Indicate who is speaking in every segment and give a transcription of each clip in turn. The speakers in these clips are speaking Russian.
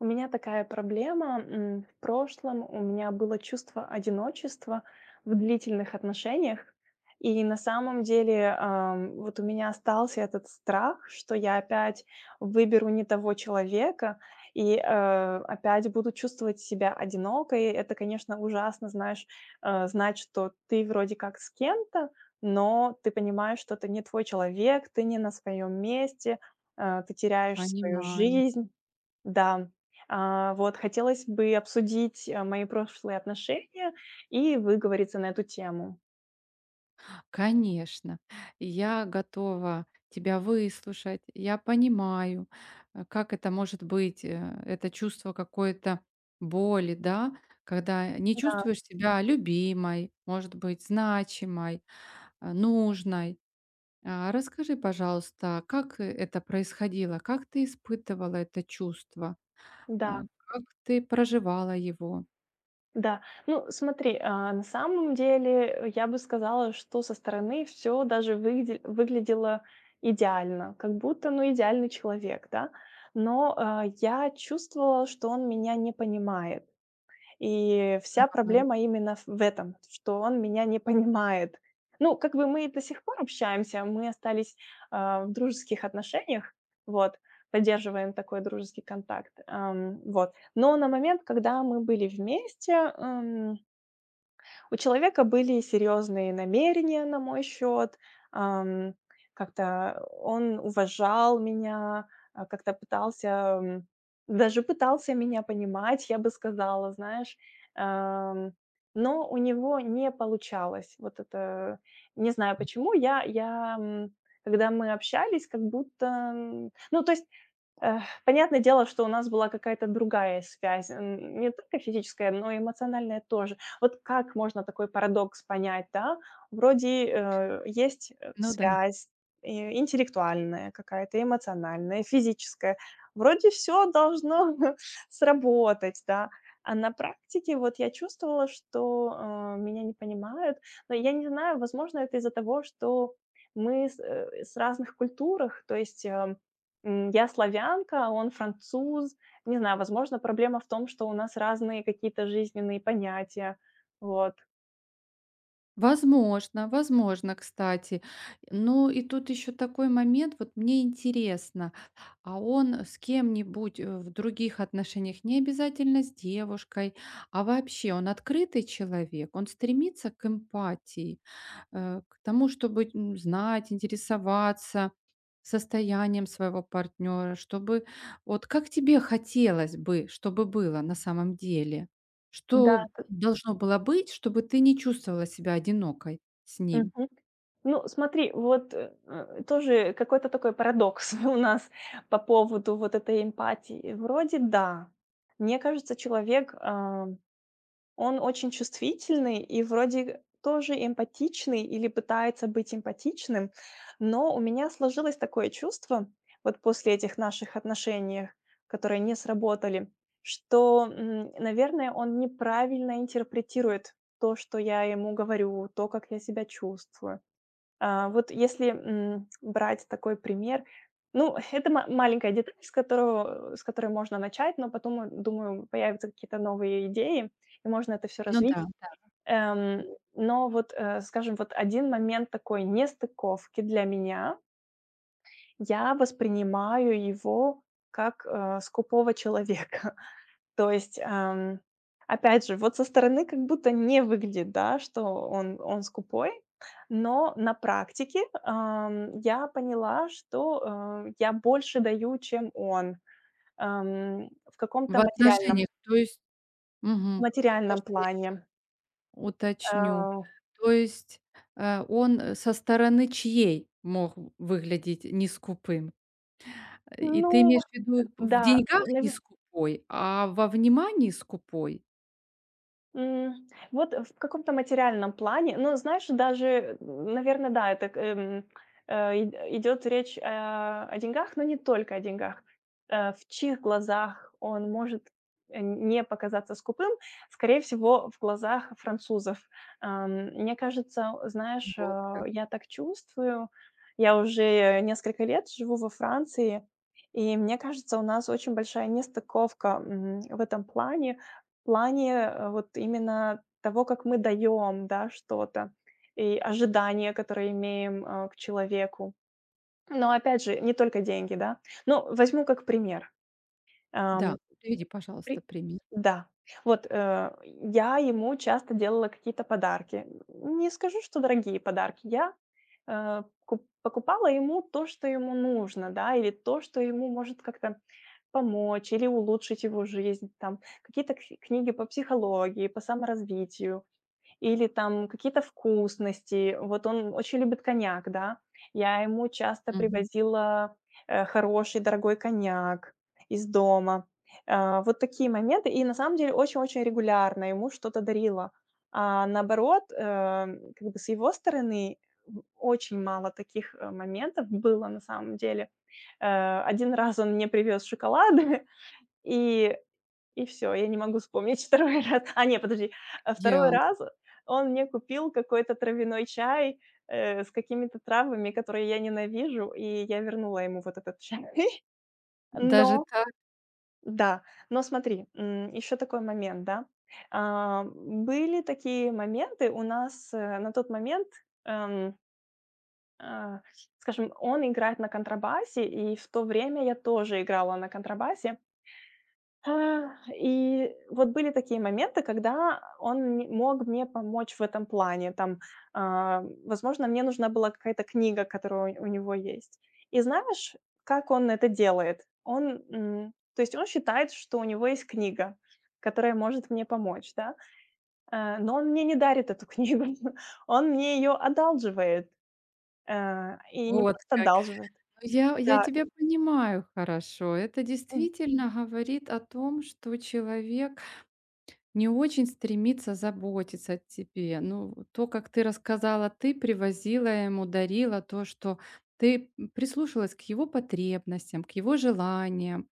Speaker 1: У меня такая проблема. В прошлом у меня было чувство одиночества в длительных отношениях. И на самом деле вот у меня остался этот страх, что я опять выберу не того человека и опять буду чувствовать себя одинокой. Это, конечно, ужасно, знаешь, знать, что ты вроде как с кем-то, но ты понимаешь, что ты не твой человек, ты не на своем месте, ты теряешь свою
Speaker 2: Понимаю.
Speaker 1: жизнь. Да, вот хотелось бы обсудить, мои прошлые отношения и выговориться на эту тему.
Speaker 2: Конечно. Я готова тебя выслушать. Я понимаю, как это может быть, это чувство какой-то боли, да, когда не
Speaker 1: Да,
Speaker 2: чувствуешь себя любимой, может быть, значимой, нужной. Расскажи, пожалуйста, как это происходило, как ты испытывала это чувство, А,
Speaker 1: да,
Speaker 2: как ты проживала его?
Speaker 1: да. Ну, смотри, на самом деле я бы сказала, что со стороны все даже выгде выглядело идеально, как будто, ну, идеальный человек, да. Но, я чувствовала, что он меня не понимает. И вся
Speaker 2: А,
Speaker 1: проблема именно в этом, что он меня не понимает. Ну, как бы мы до сих пор общаемся, мы остались, в дружеских отношениях, вот, поддерживаем такой дружеский контакт, вот. Но на момент, когда мы были вместе, эм у человека были серьезные намерения на мой счет. Ам, Как-то он уважал меня, как-то пытался, м, даже пытался меня понимать, я бы сказала, знаешь. Ам, но у него не получалось. Вот это, не знаю почему, когда мы общались, как будто. Ну, то есть, эх, понятное дело, что у нас была какая-то другая связь, н не только физическая, но и эмоциональная тоже. Вот как можно такой парадокс понять, да? Вроде, есть,
Speaker 2: Ну да.
Speaker 1: связь, э, интеллектуальная какая-то, эмоциональная, физическая. Вроде все должно сработать, да. А на практике вот я чувствовала, что, меня не понимают. Но я не знаю, возможно, это из-за того, что мы с разных культурах. То есть, я славянка, он француз. Не знаю, возможно, проблема в том, что у нас разные какие-то жизненные понятия. Вот.
Speaker 2: Возможно, возможно, кстати. Ну и тут еще такой момент, вот мне интересно, а он с кем-нибудь в других отношениях, не обязательно с девушкой, а вообще он открытый человек, он стремится к эмпатии, к тому, чтобы знать, интересоваться состоянием своего партнера, чтобы вот как тебе хотелось бы, чтобы было на самом деле?
Speaker 1: Да.
Speaker 2: Что должно было быть, чтобы ты не чувствовала себя одинокой с ним?
Speaker 1: Мгм. Ну, смотри, вот, тоже какой-то такой парадокс у нас по поводу вот этой эмпатии. Вроде да. Мне кажется, человек, он очень чувствительный и вроде тоже эмпатичный или пытается быть эмпатичным, но у меня сложилось такое чувство вот после этих наших отношений, которые не сработали, что, наверное, он неправильно интерпретирует то, что я ему говорю, то, как я себя чувствую. Вот если, брать такой пример, ну, это ма маленькая деталь, с которой можно начать, но потом, думаю, появятся какие-то новые идеи, и можно это все
Speaker 2: Ну да,
Speaker 1: развить. Эм,
Speaker 2: вот.
Speaker 1: но вот, скажем, вот один момент такой нестыковки для меня. Я воспринимаю его как, скупого человека. То есть, опять же, вот со стороны как будто не выглядит, да, что он скупой, но на практике, я поняла, что, я больше даю, чем он, в каком-то
Speaker 2: В
Speaker 1: материальном
Speaker 2: отношениях, то есть мгм.
Speaker 1: материальном
Speaker 2: Можно я еще
Speaker 1: плане.
Speaker 2: уточню?
Speaker 1: Э,
Speaker 2: То есть, он, со стороны чьей мог выглядеть не скупым? И
Speaker 1: ну
Speaker 2: ты имеешь в виду в
Speaker 1: да,
Speaker 2: деньгах не скупой, а во внимании скупой?
Speaker 1: Вот в каком-то материальном плане, ну знаешь, даже, наверное, да, это, и идёт речь, о деньгах, но не только о деньгах. В чьих глазах он может, не показаться скупым? Скорее всего, в глазах французов. Мне кажется, знаешь,
Speaker 2: Вот как.
Speaker 1: я так чувствую, я уже несколько лет живу во Франции, и мне кажется, у нас очень большая нестыковка, в этом плане. В плане, вот именно того, как мы даем, да, что-то, и ожидания, которые имеем, к человеку. Но опять же, не только деньги, да. Ну, возьму как пример. Ам,
Speaker 2: Да, приведи, пожалуйста,
Speaker 1: при
Speaker 2: пример.
Speaker 1: Да. Вот, я ему часто делала какие-то подарки. Не скажу, что дорогие подарки. Я, э, куп покупала ему то, что ему нужно, да, или то, что ему может как-то помочь или улучшить его жизнь, там какие-то кси книги по психологии, по саморазвитию. Или там какие-то вкусности. Вот он очень любит коньяк, да. Я ему часто
Speaker 2: Мгм.
Speaker 1: привозила, хороший, дорогой коньяк из дома. Вот такие моменты. И на самом деле очень-очень регулярно ему что-то дарила. А наоборот, как бы с его стороны в очень мало таких, моментов было на самом деле. 1 раз он мне привез шоколады, и и все, я не могу вспомнить второй раз. А, не, подожди, а 2
Speaker 2: Ясно.
Speaker 1: раз он мне купил какой-то травяной чай, с какими-то травами, которые я ненавижу, и я вернула ему вот этот чай.
Speaker 2: Даже
Speaker 1: Но
Speaker 2: так?
Speaker 1: да, но смотри, еще такой момент, да. Были такие моменты у нас, на тот момент, эм, а, скажем, он играет на контрабасе, и в то время я тоже играла на контрабасе. И вот были такие моменты, когда он ме мог мне помочь в этом плане. Там, возможно, мне нужна была какая-то книга, которая у него есть. И знаешь, как он это делает? Он, то есть он считает, что у него есть книга, которая может мне помочь, да, но он мне не дарит эту книгу, он мне ее одалживает, и не
Speaker 2: Вот
Speaker 1: просто
Speaker 2: как.
Speaker 1: одалживает.
Speaker 2: Я
Speaker 1: Да,
Speaker 2: тебя понимаю хорошо. Это
Speaker 1: м,
Speaker 2: действительно говорит о том, что человек не очень стремится заботиться о тебе. Ну, вот то, как ты рассказала, ты привозила ему, дарила то, что ты, прислушалась к его потребностям, к его желаниям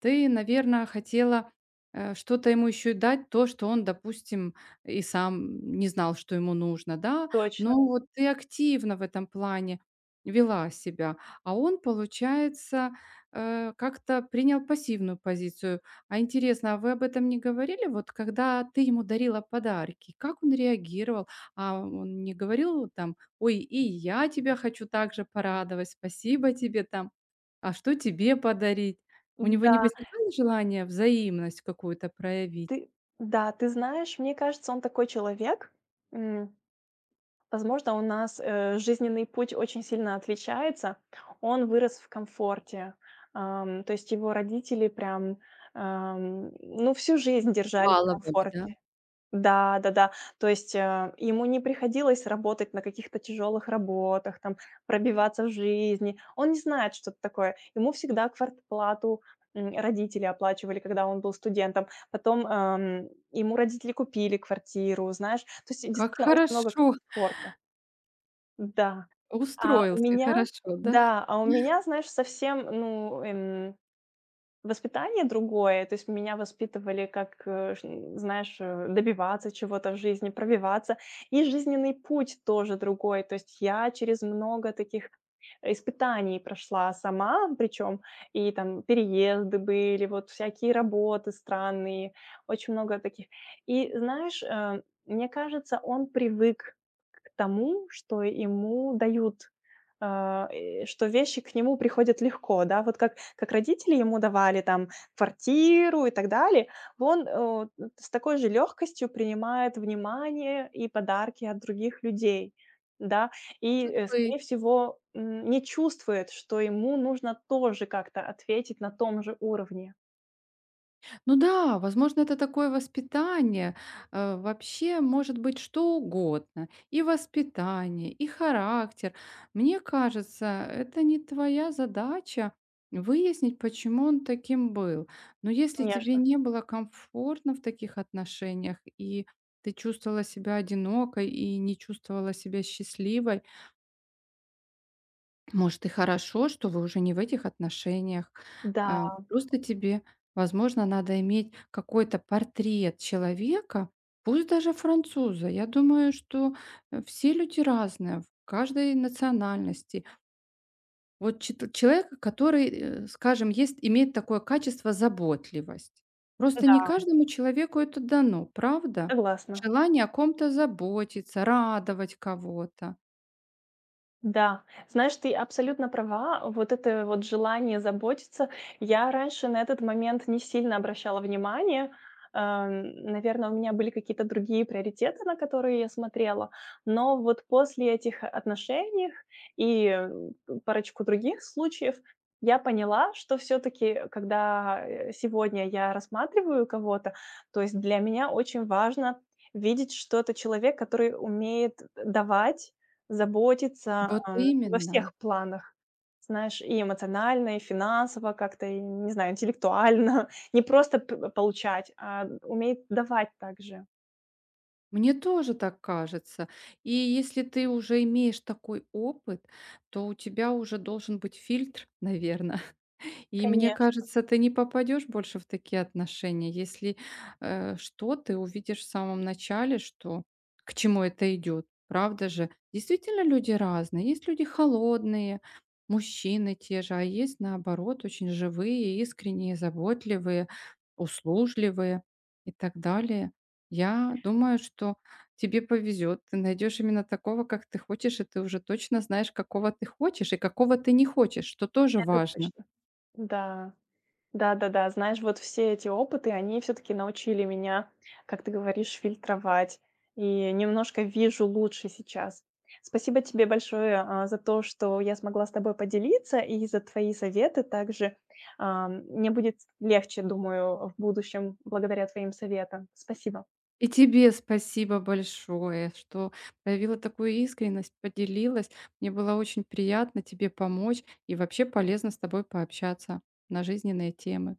Speaker 2: ты, наверное, хотела, что-то ему еще и дать, то, что он, допустим, и сам не знал, что ему нужно, да.
Speaker 1: точно,
Speaker 2: Но вот ты активно в этом плане вела себя, а он, получается, как-то принял пассивную позицию. А интересно, а вы об этом не говорили? Вот когда ты ему дарила подарки, как он реагировал? А он не говорил там: "Ой, и я тебя хочу также порадовать, спасибо тебе там"? А что тебе подарить? У него не
Speaker 1: да.
Speaker 2: возникало желания взаимность какую-то проявить?
Speaker 1: Ты Да, ты знаешь, мне кажется, он такой человек. М, Возможно, у нас, жизненный путь очень сильно отличается. Он вырос в комфорте. То есть его родители прям, ну, всю жизнь держали в
Speaker 2: Баловали, да?
Speaker 1: комфорте. Да, да-да. То есть, ему не приходилось работать на каких-то тяжелых работах, там, пробиваться в жизни. Он не знает, что это такое. Ему всегда квартплату, родители оплачивали, когда он был студентом. Потом, ему родители купили квартиру, знаешь. То есть,
Speaker 2: Как
Speaker 1: действительно, очень много
Speaker 2: хорошо!
Speaker 1: комфорта. Да. А у
Speaker 2: Устроился
Speaker 1: меня
Speaker 2: хорошо, да?
Speaker 1: Да, а у меня, знаешь, совсем, ну, воспитание другое. То есть меня воспитывали как, э, ш знаешь, добиваться чего-то в жизни, пробиваться. И жизненный путь тоже другой. То есть я через много таких испытаний прошла сама, причем. И там переезды были, вот всякие работы странные, очень много таких. И знаешь, мне кажется, он привык к тому, что ему дают. Что вещи к нему приходят легко, да, вот как родители ему давали там квартиру и так далее, он, с такой же легкостью принимает внимание и подарки от других людей, да, и,
Speaker 2: Может быть.
Speaker 1: скорее всего, не чувствует, что ему нужно тоже как-то ответить на том же уровне.
Speaker 2: Ну да, возможно, это такое воспитание. Вообще может быть что угодно. И воспитание, и характер. Мне кажется, это не твоя задача выяснить, почему он таким был. Но если тебе
Speaker 1: Конечно.
Speaker 2: не было комфортно в таких отношениях, и ты чувствовала себя одинокой и не чувствовала себя счастливой, может, и хорошо, что вы уже не в этих отношениях.
Speaker 1: Да,
Speaker 2: Просто тебе, возможно, надо иметь какой-то портрет человека, пусть даже француза. Я думаю, что, все люди разные, в каждой национальности. Вот чит человека, который, скажем, есть имеет такое качество заботливость. Просто не
Speaker 1: да,
Speaker 2: каждому человеку это дано, правда?
Speaker 1: согласна.
Speaker 2: Желание о ком-то заботиться, радовать кого-то.
Speaker 1: Да, знаешь, ты абсолютно права. Вот это вот желание заботиться. Я раньше на этот момент не сильно обращала внимание. Наверное, у меня были какие-то другие приоритеты, на которые я смотрела. Но вот после этих отношений и парочку других случаев я поняла, что все-таки, когда сегодня я рассматриваю кого-то, то есть для меня очень важно видеть, что это человек, который умеет давать. Заботиться,
Speaker 2: Вот
Speaker 1: во
Speaker 2: именно.
Speaker 1: всех планах. Знаешь, и эмоционально, и финансово как-то, и, не знаю, интеллектуально. Не просто п получать, а умеет давать также.
Speaker 2: Мне тоже так кажется. И если ты уже имеешь такой опыт, то у тебя уже должен быть фильтр, наверное. И мне
Speaker 1: Конечно,
Speaker 2: кажется, ты не попадешь больше в такие отношения, если, что ты увидишь в самом начале, что к чему это идет. Правда же? Действительно, люди разные. Есть люди холодные, мужчины те же, а есть, наоборот, очень живые, искренние, заботливые, услужливые и так далее. Я думаю, что тебе повезет. Ты найдешь именно такого, как ты хочешь, и ты уже точно знаешь, какого ты хочешь и какого ты не хочешь, что тоже
Speaker 1: это
Speaker 2: важно.
Speaker 1: точно. Да. Да-да-да, знаешь, вот все эти опыты, они все таки научили меня, как ты говоришь, фильтровать, и немножко вижу лучше сейчас. Спасибо тебе большое, за то, что я смогла с тобой поделиться, и за твои советы также. Мне будет легче, думаю, в будущем благодаря твоим советам. Спасибо.
Speaker 2: И тебе спасибо большое, что проявила такую искренность, поделилась. Мне было очень приятно тебе помочь и вообще полезно с тобой пообщаться на жизненные темы.